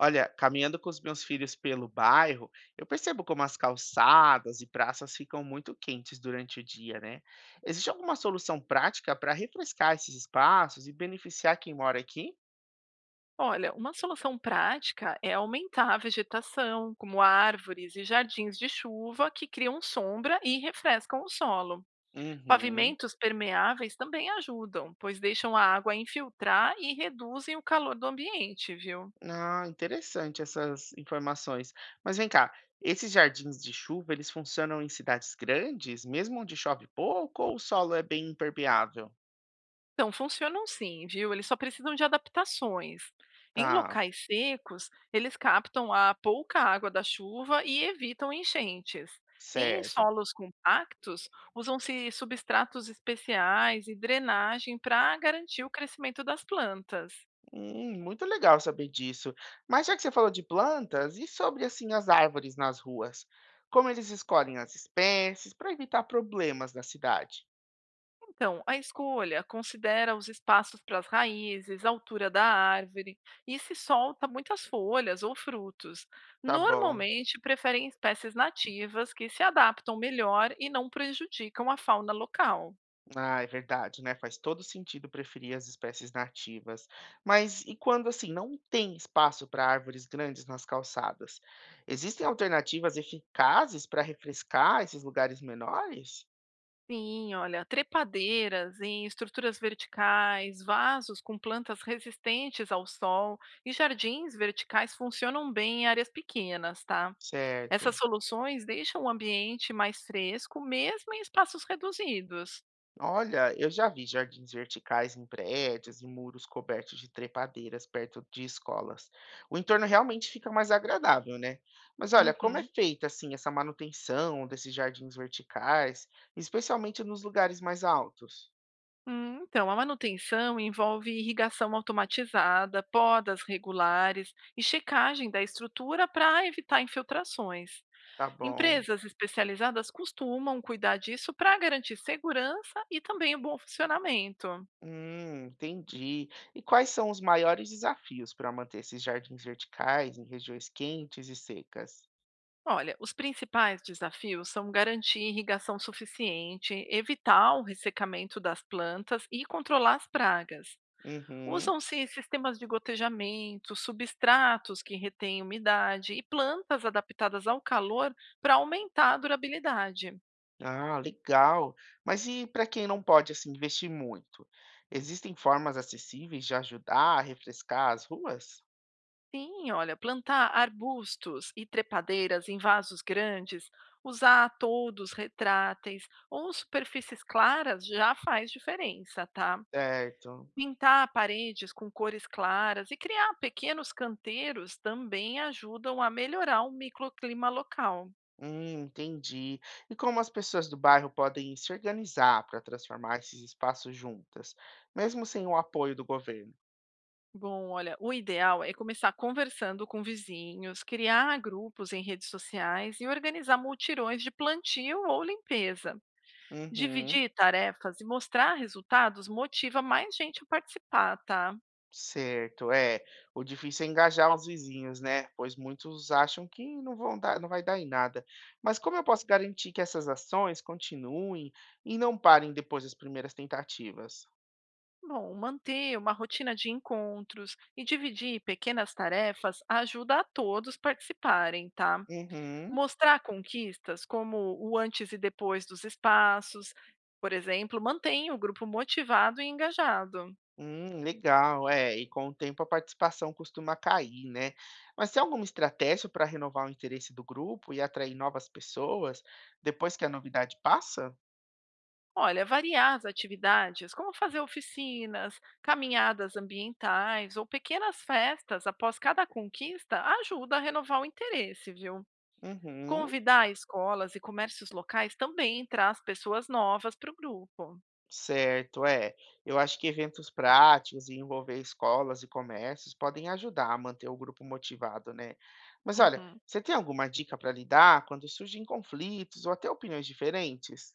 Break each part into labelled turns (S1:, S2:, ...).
S1: Olha, caminhando com os meus filhos pelo bairro, eu percebo como as calçadas e praças ficam muito quentes durante o dia, né? Existe alguma solução prática para refrescar esses espaços e beneficiar quem mora aqui?
S2: Olha, uma solução prática é aumentar a vegetação, como árvores e jardins de chuva, que criam sombra e refrescam o solo.
S1: Uhum.
S2: Pavimentos permeáveis também ajudam, pois deixam a água infiltrar e reduzem o calor do ambiente, viu?
S1: Ah, interessante essas informações. Mas vem cá, esses jardins de chuva, eles funcionam em cidades grandes, mesmo onde chove pouco ou o solo é bem impermeável?
S2: Então, funcionam sim, viu? Eles só precisam de adaptações. Em
S1: Tá,
S2: locais secos, eles captam a pouca água da chuva e evitam enchentes. E em
S1: certo.
S2: solos compactos, usam-se substratos especiais e drenagem para garantir o crescimento das plantas.
S1: Muito legal saber disso. Mas já que você falou de plantas, e sobre assim as árvores nas ruas? Como eles escolhem as espécies para evitar problemas na cidade?
S2: Então, a escolha considera os espaços para as raízes, a altura da árvore e se solta muitas folhas ou frutos.
S1: Tá bom.
S2: Normalmente, preferem espécies nativas que se adaptam melhor e não prejudicam a fauna local.
S1: Ah, é verdade, né? Faz todo sentido preferir as espécies nativas. Mas e quando assim não tem espaço para árvores grandes nas calçadas? Existem alternativas eficazes para refrescar esses lugares menores?
S2: Sim, olha, trepadeiras em estruturas verticais, vasos com plantas resistentes ao sol e jardins verticais funcionam bem em áreas pequenas, tá? Essas
S1: Certo.
S2: soluções deixam o ambiente mais fresco, mesmo em espaços reduzidos.
S1: Olha, eu já vi jardins verticais em prédios e muros cobertos de trepadeiras perto de escolas. O entorno realmente fica mais agradável, né? Mas olha, como é
S2: Uhum.
S1: feita assim essa manutenção desses jardins verticais, especialmente nos lugares mais altos?
S2: Então, a manutenção envolve irrigação automatizada, podas regulares e checagem da estrutura para evitar infiltrações.
S1: Tá bom.
S2: Empresas especializadas costumam cuidar disso para garantir segurança e também o bom funcionamento.
S1: Entendi. E quais são os maiores desafios para manter esses jardins verticais em regiões quentes e secas?
S2: Olha, os principais desafios são garantir irrigação suficiente, evitar o ressecamento das plantas e controlar as pragas.
S1: Uhum.
S2: Usam-se sistemas de gotejamento, substratos que retêm umidade e plantas adaptadas ao calor para aumentar a durabilidade.
S1: Ah, legal. Mas e para quem não pode assim investir muito? Existem formas acessíveis de ajudar a refrescar as ruas?
S2: Sim, olha, plantar arbustos e trepadeiras em vasos grandes, usar todos retráteis ou superfícies claras já faz diferença, tá?
S1: Certo.
S2: Pintar paredes com cores claras e criar pequenos canteiros também ajudam a melhorar o microclima local.
S1: Entendi. E como as pessoas do bairro podem se organizar para transformar esses espaços juntas, mesmo sem o apoio do governo?
S2: Bom, olha, o ideal é começar conversando com vizinhos, criar grupos em redes sociais e organizar multirões de plantio ou limpeza.
S1: Uhum.
S2: Dividir tarefas e mostrar resultados motiva mais gente a participar, tá?
S1: Certo, é. O difícil é engajar os vizinhos, né? Pois muitos acham que não vai dar em nada. Mas como eu posso garantir que essas ações continuem e não parem depois das primeiras tentativas?
S2: Bom, manter uma rotina de encontros e dividir pequenas tarefas ajuda a todos participarem, tá?
S1: Uhum.
S2: Mostrar conquistas, como o antes e depois dos espaços, por exemplo, mantém o grupo motivado e engajado.
S1: Legal, é. E com o tempo a participação costuma cair, né? Mas tem alguma estratégia para renovar o interesse do grupo e atrair novas pessoas depois que a novidade passa?
S2: Olha, variar as atividades, como fazer oficinas, caminhadas ambientais ou pequenas festas após cada conquista, ajuda a renovar o interesse, viu?
S1: Uhum.
S2: Convidar escolas e comércios locais também traz pessoas novas para o grupo.
S1: Certo, é. Eu acho que eventos práticos e envolver escolas e comércios podem ajudar a manter o grupo motivado, né? Mas olha,
S2: Uhum.
S1: você tem alguma dica para lidar quando surgem conflitos ou até opiniões diferentes?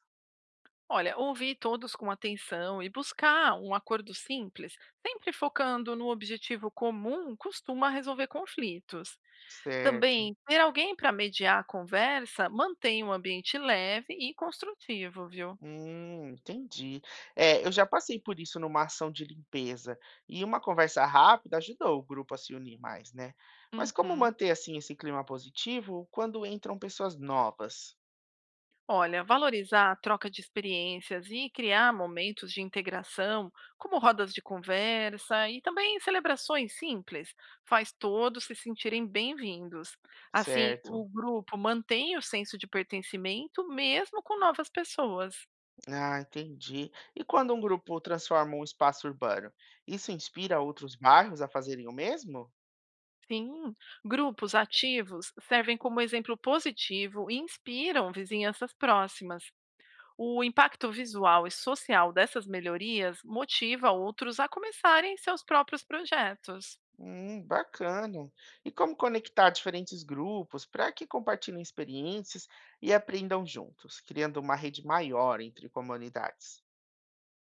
S2: Olha, ouvir todos com atenção e buscar um acordo simples, sempre focando no objetivo comum, costuma resolver conflitos.
S1: Certo.
S2: Também, ter alguém para mediar a conversa mantém um ambiente leve e construtivo, viu?
S1: Entendi. É, eu já passei por isso numa ação de limpeza e uma conversa rápida ajudou o grupo a se unir mais, né? Mas como
S2: Uhum.
S1: manter assim esse clima positivo quando entram pessoas novas?
S2: Olha, valorizar a troca de experiências e criar momentos de integração, como rodas de conversa e também celebrações simples, faz todos se sentirem bem-vindos. Assim,
S1: Certo.
S2: o grupo mantém o senso de pertencimento mesmo com novas pessoas.
S1: Ah, entendi. E quando um grupo transforma um espaço urbano, isso inspira outros bairros a fazerem o mesmo?
S2: Sim, grupos ativos servem como exemplo positivo e inspiram vizinhanças próximas. O impacto visual e social dessas melhorias motiva outros a começarem seus próprios projetos.
S1: Bacana. E como conectar diferentes grupos para que compartilhem experiências e aprendam juntos, criando uma rede maior entre comunidades?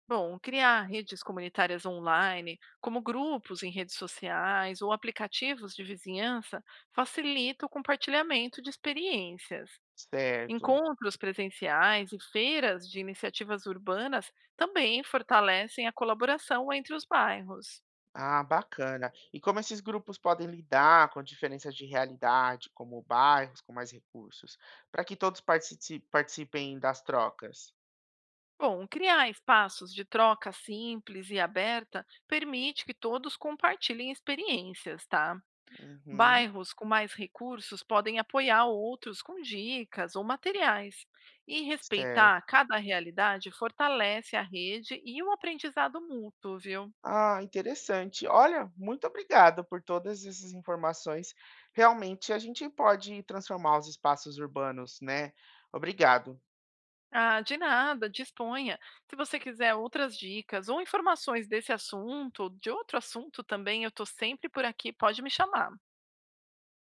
S2: Bom, criar redes comunitárias online, como grupos em redes sociais ou aplicativos de vizinhança, facilita o compartilhamento de experiências.
S1: Certo.
S2: Encontros presenciais e feiras de iniciativas urbanas também fortalecem a colaboração entre os bairros.
S1: Ah, bacana. E como esses grupos podem lidar com diferenças de realidade, como bairros com mais recursos, para que todos participem das trocas?
S2: Bom, criar espaços de troca simples e aberta permite que todos compartilhem experiências, tá?
S1: Uhum,
S2: Bairros com mais recursos podem apoiar outros com dicas ou materiais. E respeitar
S1: certo.
S2: cada realidade fortalece a rede e o aprendizado mútuo, viu?
S1: Ah, interessante. Olha, muito obrigado por todas essas informações. Realmente a gente pode transformar os espaços urbanos, né? Obrigado.
S2: Ah, de nada, disponha. Se você quiser outras dicas ou informações desse assunto, de outro assunto também, eu estou sempre por aqui, pode me chamar.